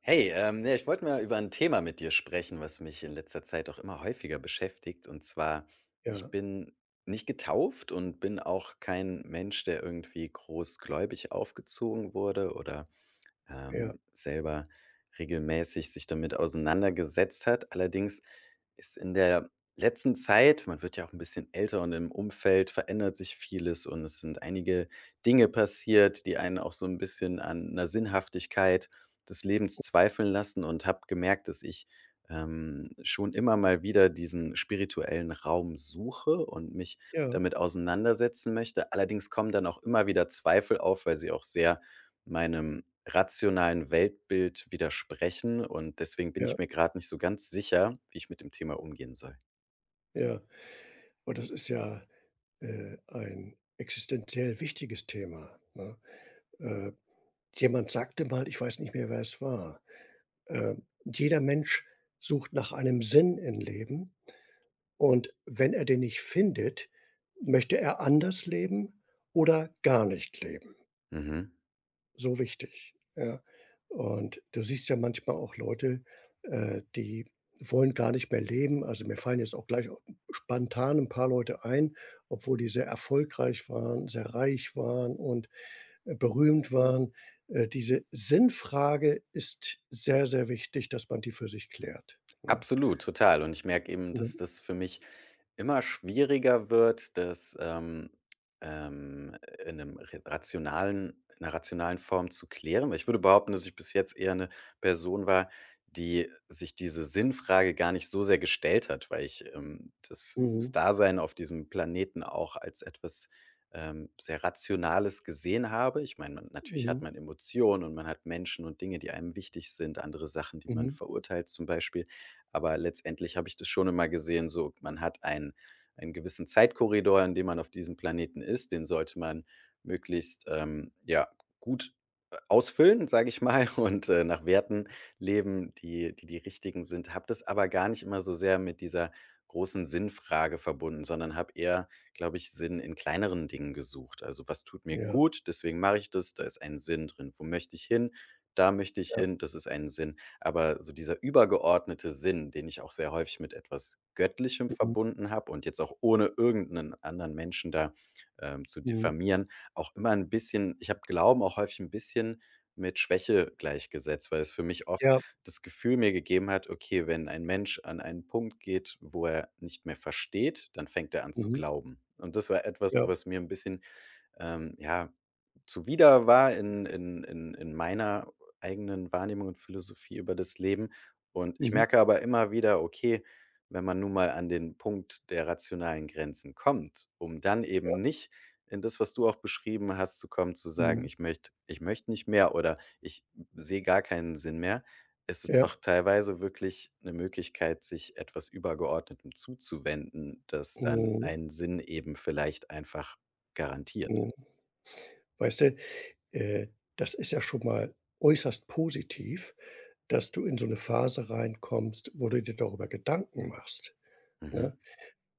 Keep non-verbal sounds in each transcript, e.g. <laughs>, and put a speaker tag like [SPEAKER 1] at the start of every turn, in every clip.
[SPEAKER 1] Hey, ja, ich wollte mal über ein Thema mit dir sprechen, was mich in letzter Zeit auch immer häufiger beschäftigt. Und zwar, ich
[SPEAKER 2] Ja,
[SPEAKER 1] bin nicht getauft und bin auch kein Mensch, der irgendwie großgläubig aufgezogen wurde oder
[SPEAKER 2] ja,
[SPEAKER 1] selber regelmäßig sich damit auseinandergesetzt hat. Allerdings ist in der letzten Zeit, man wird ja auch ein bisschen älter und im Umfeld verändert sich vieles und es sind einige Dinge passiert, die einen auch so ein bisschen an 'ner Sinnhaftigkeit des Lebens zweifeln lassen, und habe gemerkt, dass ich schon immer mal wieder diesen spirituellen Raum suche und mich
[SPEAKER 2] ja,
[SPEAKER 1] damit auseinandersetzen möchte. Allerdings kommen dann auch immer wieder Zweifel auf, weil sie auch sehr meinem rationalen Weltbild widersprechen, und deswegen bin ich
[SPEAKER 2] ja,
[SPEAKER 1] mir gerade nicht so ganz sicher, wie ich mit dem Thema umgehen soll.
[SPEAKER 2] ja. Und das ist ja, ein existenziell wichtiges Thema, ne? Äh, jemand sagte mal, ich weiß nicht mehr, wer es war, äh, jeder Mensch sucht nach einem Sinn im Leben und wenn er den nicht findet, möchte er anders leben oder gar nicht leben.
[SPEAKER 1] Mhm.
[SPEAKER 2] So wichtig, ja. Und du siehst ja manchmal auch Leute, die wollen gar nicht mehr leben. Also, mir fallen jetzt auch gleich au spontan ein paar Leute ein, obwohl die sehr erfolgreich waren, sehr reich waren und, berühmt waren. Diese Sinnfrage ist sehr, sehr wichtig, dass man die für sich klärt, ne?
[SPEAKER 1] Absolut, total. Und ich merke eben, dass
[SPEAKER 2] Mhm,
[SPEAKER 1] das für mich immer schwieriger wird, das ähm, in 'nem re rationalen in 'ner rationalen Form zu klären, weil ich würde behaupten, dass ich bis jetzt eher eine Person war, die sich diese Sinnfrage gar nicht so sehr gestellt hat, weil ich das
[SPEAKER 2] mhm,
[SPEAKER 1] Dasein auf diesem Planeten auch als etwas, sehr Rationales gesehen habe. Ich meine, man, natürlich hat
[SPEAKER 2] mhm,
[SPEAKER 1] man Emotionen und man hat Menschen und Dinge, die einem wichtig sind, andere Sachen, die man
[SPEAKER 2] mhm,
[SPEAKER 1] verurteilt zum Beispiel. Aber letztendlich habe ich das schon immer gesehen, so: Man hat einen gewissen Zeitkorridor, in dem man auf diesem Planeten ist, den sollte man möglichst, ja, gut, ausfüllen, sage ich mal, <laughs> und, nach Werten leben, die die richtigen sind. Habe das aber gar nicht immer so sehr mit dieser großen Sinnfrage verbunden, sondern habe eher, glaube ich, Sinn in kleineren Dingen gesucht. Also, was tut mir
[SPEAKER 2] ja,
[SPEAKER 1] gut? Deswegen mache ich das, da ist ein Sinn drin. Wo möchte ich hin? Da möchte ich
[SPEAKER 2] ja,
[SPEAKER 1] hin, das ist ein Sinn. Aber so dieser übergeordnete Sinn, den ich auch sehr häufig mit etwas Göttlichem
[SPEAKER 2] mhm,
[SPEAKER 1] verbunden habe und jetzt auch, ohne irgend 'nen anderen Menschen da zu
[SPEAKER 2] mhm,
[SPEAKER 1] diffamieren, auch immer ein bisschen, ich habe Glauben auch häufig ein bisschen mit Schwäche gleichgesetzt, weil es für mich oft
[SPEAKER 2] ja,
[SPEAKER 1] das Gefühl mir gegeben hat: Okay, wenn ein Mensch an einen Punkt geht, wo er nicht mehr versteht, dann fängt er an zu
[SPEAKER 2] mhm,
[SPEAKER 1] glauben. Und das war etwas,
[SPEAKER 2] ja,
[SPEAKER 1] was mir ein bisschen ja, zuwider war in meiner eigenen Wahrnehmung und Philosophie über das Leben. Und ich
[SPEAKER 2] mhm,
[SPEAKER 1] merke aber immer wieder, okay, wenn man nun mal an den Punkt der rationalen Grenzen kommt, um dann
[SPEAKER 2] ja,
[SPEAKER 1] eben nicht in das, was du auch beschrieben hast, zu kommen, zu sagen:
[SPEAKER 2] mhm,
[SPEAKER 1] Ich möchte nicht mehr“ oder „Ich sehe gar keinen Sinn mehr“, ist es
[SPEAKER 2] ja,
[SPEAKER 1] doch teilweise wirklich eine Möglichkeit, sich etwas Übergeordnetem zuzuwenden, das dann
[SPEAKER 2] mhm,
[SPEAKER 1] einen Sinn eben vielleicht einfach garantiert.
[SPEAKER 2] mhm. Weißt du Äh, das ist ja schon mal äußerst positiv, dass du in so 'ne Phase reinkommst, wo du dir darüber Gedanken machst,
[SPEAKER 1] Mhm.
[SPEAKER 2] ne?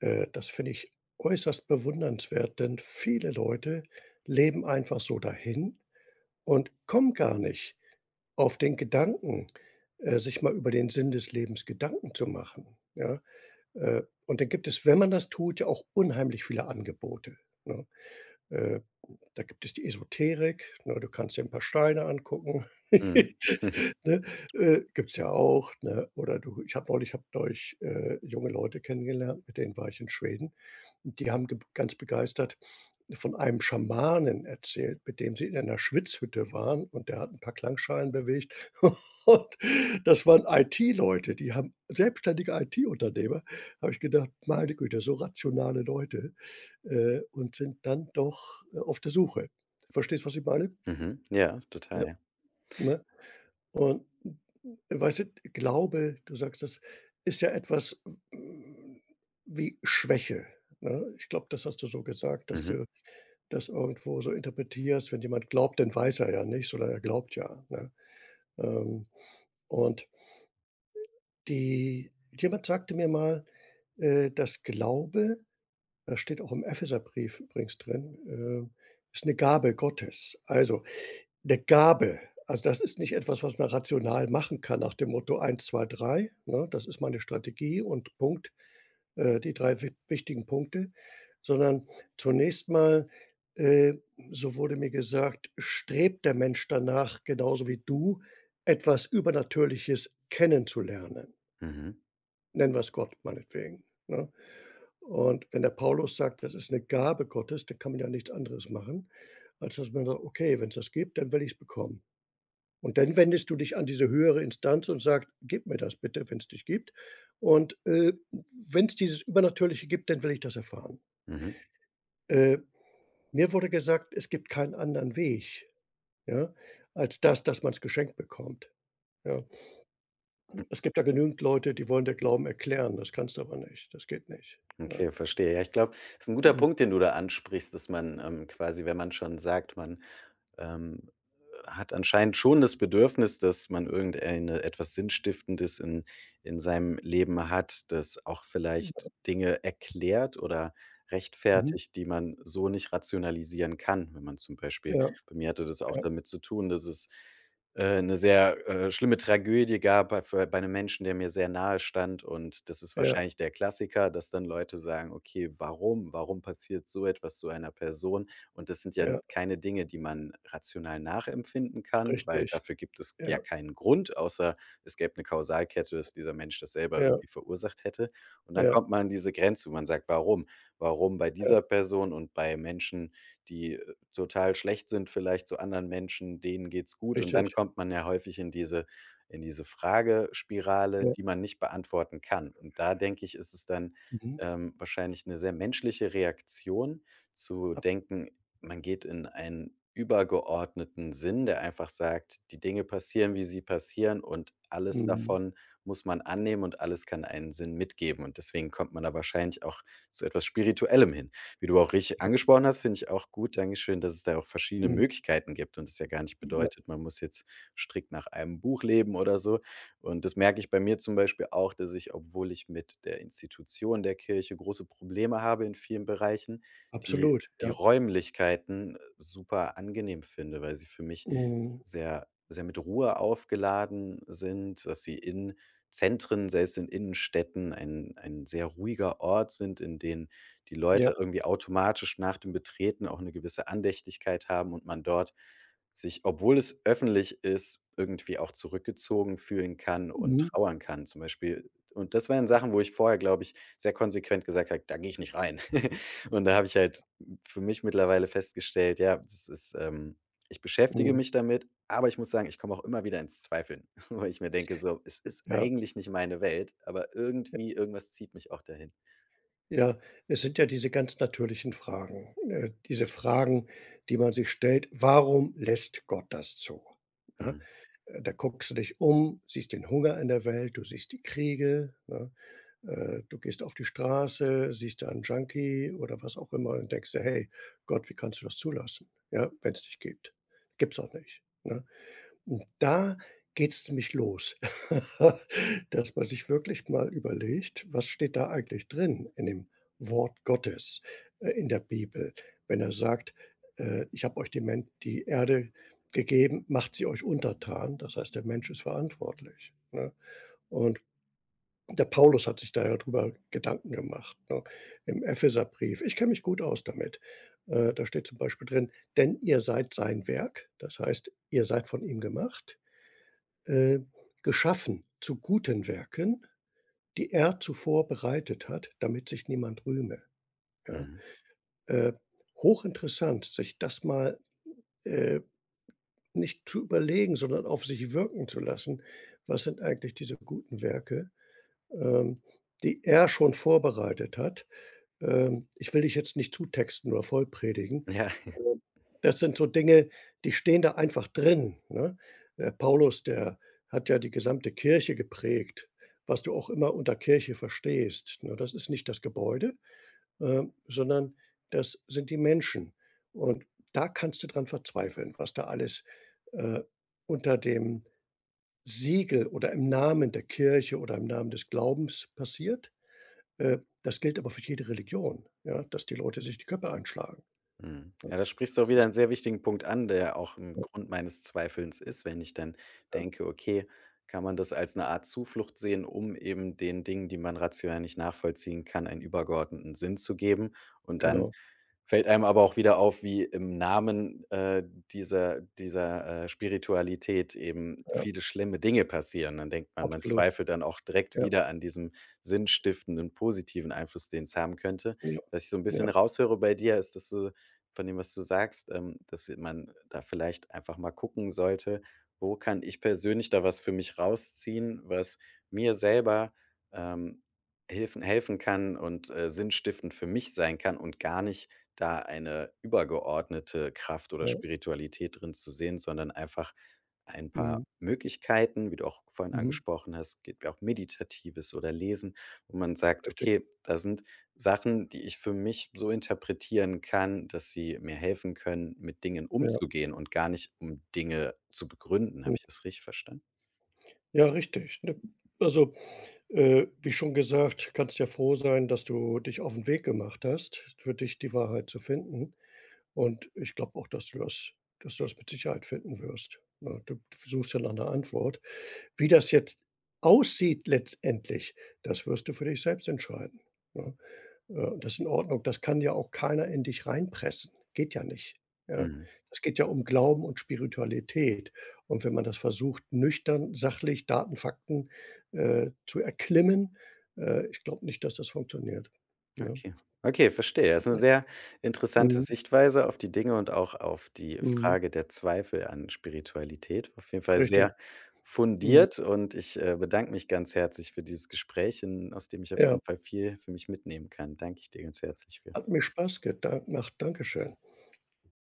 [SPEAKER 2] Das finde ich äußerst bewundernswert, denn viele Leute leben einfach so dahin und kommen gar nicht auf den Gedanken, sich mal über den Sinn des Lebens Gedanken zu machen, ja? Und dann gibt es, wenn man das tut, ja auch unheimlich viele Angebote, ne? Äh, da gibt es die Esoterik, ne? Du kannst dir ein paar Steine angucken,
[SPEAKER 1] Mhm.
[SPEAKER 2] <laughs>
[SPEAKER 1] <laughs>
[SPEAKER 2] ne? Gibt's ja auch, ne? Oder du ich habe neulich junge Leute kennengelernt, mit denen war ich in Schweden. Und die haben geb ganz begeistert von einem Schamanen erzählt, mit dem sie in einer Schwitzhütte waren und der hat ein paar Klangschalen bewegt. <laughs> Und das waren IT-Leute, die haben selbstständige IT-Unternehmer. Habe ich gedacht: „Meine Güte, so rationale Leute, und sind dann doch, auf der Suche." Verstehst du, was ich meine?
[SPEAKER 1] Mhm. Ja, total,
[SPEAKER 2] Ja,
[SPEAKER 1] ja.
[SPEAKER 2] ne? Und, weißt du, Glaube, du sagst das, ist ja etwas, hm, wie Schwäche, ne? Ich glaube, das hast du so gesagt, dass
[SPEAKER 1] Mhm.
[SPEAKER 2] du das irgendwo so interpretierst, wenn jemand glaubt, dann weiß er ja nicht, sondern er glaubt ja, ne? Ähm, und die jemand sagte mir mal, dass Glaube das steht auch im Epheserbrief übrigens drin, äh, ist eine Gabe Gottes. Also der Gabe. Also, das ist nicht etwas, was man rational machen kann nach dem Motto: eins, 2, 3, ne? Das ist meine Strategie und Punkt, die 3 wi wichtigen Punkte." Sondern zunächst mal, äh, so wurde mir gesagt, strebt der Mensch danach, genauso wie du, etwas Übernatürliches kennenzulernen.
[SPEAKER 1] Mhm.
[SPEAKER 2] Nennen wir's Gott meinetwegen, ne? Und wenn der Paulus sagt, das ist eine Gabe Gottes, dann kann man ja nichts anderes machen, als dass man sagt: „Okay, wenn es das gibt, dann will ich es bekommen." Und dann wendest du dich an diese höhere Instanz und sagst: „Gib mir das bitte, wenn es dich gibt. Und, wenn es dieses Übernatürliche gibt, dann will ich das erfahren."
[SPEAKER 1] Mhm.
[SPEAKER 2] Äh, mir wurde gesagt, es gibt keinen anderen Weg, ja, als das, dass man es geschenkt bekommt, ja. Es gibt ja genügend Leute, die wollen dir Glauben erklären. Das kannst du aber nicht. Das geht nicht, ne?
[SPEAKER 1] Okay, verstehe. Ja, ich glaube, es ist ein guter
[SPEAKER 2] Mhm,
[SPEAKER 1] Punkt, den du da ansprichst, dass man, quasi, wenn man schon sagt, man ähm, hat anscheinend schon das Bedürfnis, dass man irgendeine, etwas Sinnstiftendes in seinem Leben hat, das auch vielleicht Dinge erklärt oder
[SPEAKER 2] mhm,
[SPEAKER 1] rechtfertigt, die man so nicht rationalisieren kann. Wenn man zum Beispiel,
[SPEAKER 2] ja,
[SPEAKER 1] bei mir hatte das auch
[SPEAKER 2] ja,
[SPEAKER 1] damit zu tun, dass es, 'ne sehr, schlimme Tragödie gab bei, für, bei 'nem Menschen, der mir sehr nahe stand, und das ist
[SPEAKER 2] ja,
[SPEAKER 1] wahrscheinlich der Klassiker, dass dann Leute sagen: „Okay, warum? Warum passiert so etwas zu einer Person?“ Und das sind ja
[SPEAKER 2] ja,
[SPEAKER 1] keine Dinge, die man rational nachempfinden kann, weil
[SPEAKER 2] richtig.
[SPEAKER 1] dafür gibt es ja
[SPEAKER 2] Ja,
[SPEAKER 1] keinen Grund, außer es gäbe eine Kausalkette, dass dieser Mensch das selber
[SPEAKER 2] ja,
[SPEAKER 1] irgendwie verursacht hätte. Und dann
[SPEAKER 2] ja,
[SPEAKER 1] kommt man an diese Grenze, wo man sagt: „Warum? Warum bei
[SPEAKER 2] ja,
[SPEAKER 1] dieser Person und bei Menschen, die, total schlecht sind vielleicht zu anderen Menschen, denen geht's gut?“ Und
[SPEAKER 2] richtig.
[SPEAKER 1] dann kommt man ja häufig in diese Fragespirale,
[SPEAKER 2] Ja,
[SPEAKER 1] die man nicht beantworten kann. Und da denke ich, ist es dann,
[SPEAKER 2] mhm,
[SPEAKER 1] wahrscheinlich eine sehr menschliche Reaktion zu denken, man geht in einen übergeordneten Sinn, der einfach sagt: „Die Dinge passieren, wie sie passieren, und alles
[SPEAKER 2] mhm,
[SPEAKER 1] davon muss man annehmen und alles kann einen Sinn mitgeben.“ Und deswegen kommt man da wahrscheinlich auch zu etwas Spirituellem hin. Wie du auch richtig angesprochen hast, finde ich auch gut, Dankeschön, dass es da auch verschiedene
[SPEAKER 2] mhm,
[SPEAKER 1] Möglichkeiten gibt und es ja gar nicht
[SPEAKER 2] ja,
[SPEAKER 1] bedeutet, man muss jetzt strikt nach einem Buch leben oder so. Und das merke ich bei mir zum Beispiel auch, dass ich, obwohl ich mit der Institution der Kirche große Probleme habe in vielen Bereichen, die
[SPEAKER 2] absolut,
[SPEAKER 1] die
[SPEAKER 2] ja.
[SPEAKER 1] Räumlichkeiten super angenehm finde, weil sie für mich
[SPEAKER 2] Mhm.
[SPEAKER 1] sehr, sehr mit Ruhe aufgeladen sind, dass sie in Zentren, selbst in Innenstädten, ein sehr ruhiger Ort sind, in denen die
[SPEAKER 2] Ja.
[SPEAKER 1] Leute irgendwie automatisch nach dem Betreten auch eine gewisse Andächtigkeit haben und man dort sich, obwohl es öffentlich ist, irgendwie auch zurückgezogen fühlen kann und
[SPEAKER 2] Mhm.
[SPEAKER 1] trauern kann zum Beispiel. Und das waren Sachen, wo ich vorher, glaube ich, sehr konsequent gesagt habe: „Da gehe ich nicht rein.“ <laughs> Und da habe ich halt für mich mittlerweile festgestellt, ja, das ist, ich beschäftige
[SPEAKER 2] Mhm.
[SPEAKER 1] mich damit, aber ich muss sagen, ich komme auch immer wieder ins Zweifeln, <laughs> weil ich mir denke so: „Es ist
[SPEAKER 2] Ja,
[SPEAKER 1] eigentlich nicht meine Welt, aber irgendwie, irgendwas zieht mich auch dahin.“
[SPEAKER 2] ja. Es sind ja diese ganz natürlichen Fragen, diese Fragen, die man sich stellt: „Warum lässt Gott das zu?" Ne?
[SPEAKER 1] Mhm,
[SPEAKER 2] Da guckst du dich um, siehst den Hunger in der Welt, du siehst die Kriege, ne? Du gehst auf die Straße, siehst da 'n Junkie oder was auch immer und denkst dir: „Hey Gott, wie kannst du das zulassen?" Ja, wenn es dich gibt. Gibt's auch nicht, ne? Und da geht's nämlich los, <laughs> dass man sich wirklich mal überlegt, was steht da eigentlich drin in dem Wort Gottes, in der Bibel, wenn er sagt: „Ich habe euch die Men die Erde gegeben, macht sie euch untertan." Das heißt, der Mensch ist verantwortlich, ne? Und der Paulus hat sich da ja drüber Gedanken gemacht, ne, im Epheserbrief. Ich kenne mich gut aus damit. Da steht zum Beispiel drin: „Denn ihr seid sein Werk", das heißt, ihr seid von ihm gemacht äh, geschaffen zu guten Werken, die er zuvor bereitet hat, damit sich niemand rühme", ja?
[SPEAKER 1] mhm.
[SPEAKER 2] Äh, hochinteressant, sich das mal, äh, nicht zu überlegen, sondern auf sich wirken zu lassen. Was sind eigentlich diese guten Werke, ähm, die er schon vorbereitet hat? Ich will dich jetzt nicht zutexten oder vollpredigen.
[SPEAKER 1] <laughs> Ja,
[SPEAKER 2] Ähm, das sind so Dinge, die stehen da einfach drin, ne? Der Paulus, der hat ja die gesamte Kirche geprägt, was du auch immer unter Kirche verstehst, ne? Das ist nicht das Gebäude, sondern das sind die Menschen. Und da kannst du dran verzweifeln, was da alles, äh, unter dem Siegel oder im Namen der Kirche oder im Namen des Glaubens passiert. Das gilt aber für jede Religion, ja, dass die Leute sich die Köpfe einschlagen.
[SPEAKER 1] mhm.
[SPEAKER 2] Ja,
[SPEAKER 1] Ja, das sprichst du auch
[SPEAKER 2] das
[SPEAKER 1] wieder
[SPEAKER 2] ist
[SPEAKER 1] einen sehr wichtigen Punkt an, der auch ein
[SPEAKER 2] ja,
[SPEAKER 1] Grund meines Zweifelns ist, wenn ich dann
[SPEAKER 2] ja,
[SPEAKER 1] denke: „Okay, kann man das als eine Art Zuflucht sehen, um eben den Dingen, die man rational nicht nachvollziehen kann, einen übergeordneten Sinn zu geben?“ Und dann
[SPEAKER 2] genau,
[SPEAKER 1] fällt einem aber auch wieder auf, wie im Namen, dieser, Spiritualität eben
[SPEAKER 2] ja,
[SPEAKER 1] viele schlimme Dinge passieren. Dann denkt man, man
[SPEAKER 2] absolut.
[SPEAKER 1] zweifelt dann auch direkt
[SPEAKER 2] Ja,
[SPEAKER 1] wieder an diesem sinnstiftenden, positiven Einfluss, den es haben könnte.
[SPEAKER 2] ja,
[SPEAKER 1] Was ich so ein bisschen
[SPEAKER 2] ja,
[SPEAKER 1] raushöre bei dir, ist, dass du, von dem, was du sagst, dass man da vielleicht einfach mal gucken sollte: „Wo kann ich persönlich da was für mich rausziehen, was mir selber, ähm, hilfen helfen kann und, sinnstiftend für mich sein kann, und gar nicht da eine übergeordnete Kraft oder
[SPEAKER 2] ja.
[SPEAKER 1] Spiritualität drin zu sehen, sondern einfach ein paar
[SPEAKER 2] Mhm,
[SPEAKER 1] Möglichkeiten, wie du auch vorhin
[SPEAKER 2] mhm,
[SPEAKER 1] angesprochen hast, geht mir auch Meditatives oder Lesen, wo man sagt,
[SPEAKER 2] richtig.
[SPEAKER 1] okay, da sind Sachen, die ich für mich so interpretieren kann, dass sie mir helfen können, mit Dingen
[SPEAKER 2] Ja,
[SPEAKER 1] umzugehen und gar nicht um Dinge zu begründen.
[SPEAKER 2] mhm.
[SPEAKER 1] Habe ich das richtig verstanden?
[SPEAKER 2] Ja, richtig, ne? Also, wie schon gesagt, kannst ja froh sein, dass du dich auf den Weg gemacht hast, für dich die Wahrheit zu finden. Und ich glaube auch, dass du das mit Sicherheit finden wirst, ne? Du suchst ja nach 'ner Antwort. Wie das jetzt aussieht letztendlich, das wirst du für dich selbst entscheiden, ne? Das ist in Ordnung. Das kann ja auch keiner in dich reinpressen. Geht ja nicht, ja? Es geht ja um Glauben und Spiritualität. Und wenn man das versucht, nüchtern, sachlich, Daten, Fakten, zu erklimmen, ich glaube nicht, dass das funktioniert, ne?
[SPEAKER 1] Okay. Okay, verstehe. Das ist eine sehr interessante
[SPEAKER 2] Mhm,
[SPEAKER 1] Sichtweise auf die Dinge und auch auf die
[SPEAKER 2] mhm,
[SPEAKER 1] Frage der Zweifel an Spiritualität. Auf jeden Fall sehr
[SPEAKER 2] richtig, mhm.
[SPEAKER 1] fundiert, und ich, bedanke mich ganz herzlich für dieses Gespräch, in aus dem ich auf
[SPEAKER 2] Ja,
[SPEAKER 1] jeden Fall viel für mich mitnehmen kann. Danke ich dir ganz herzlich für.
[SPEAKER 2] hat mir Spaß gedan gemacht. Dankeschön.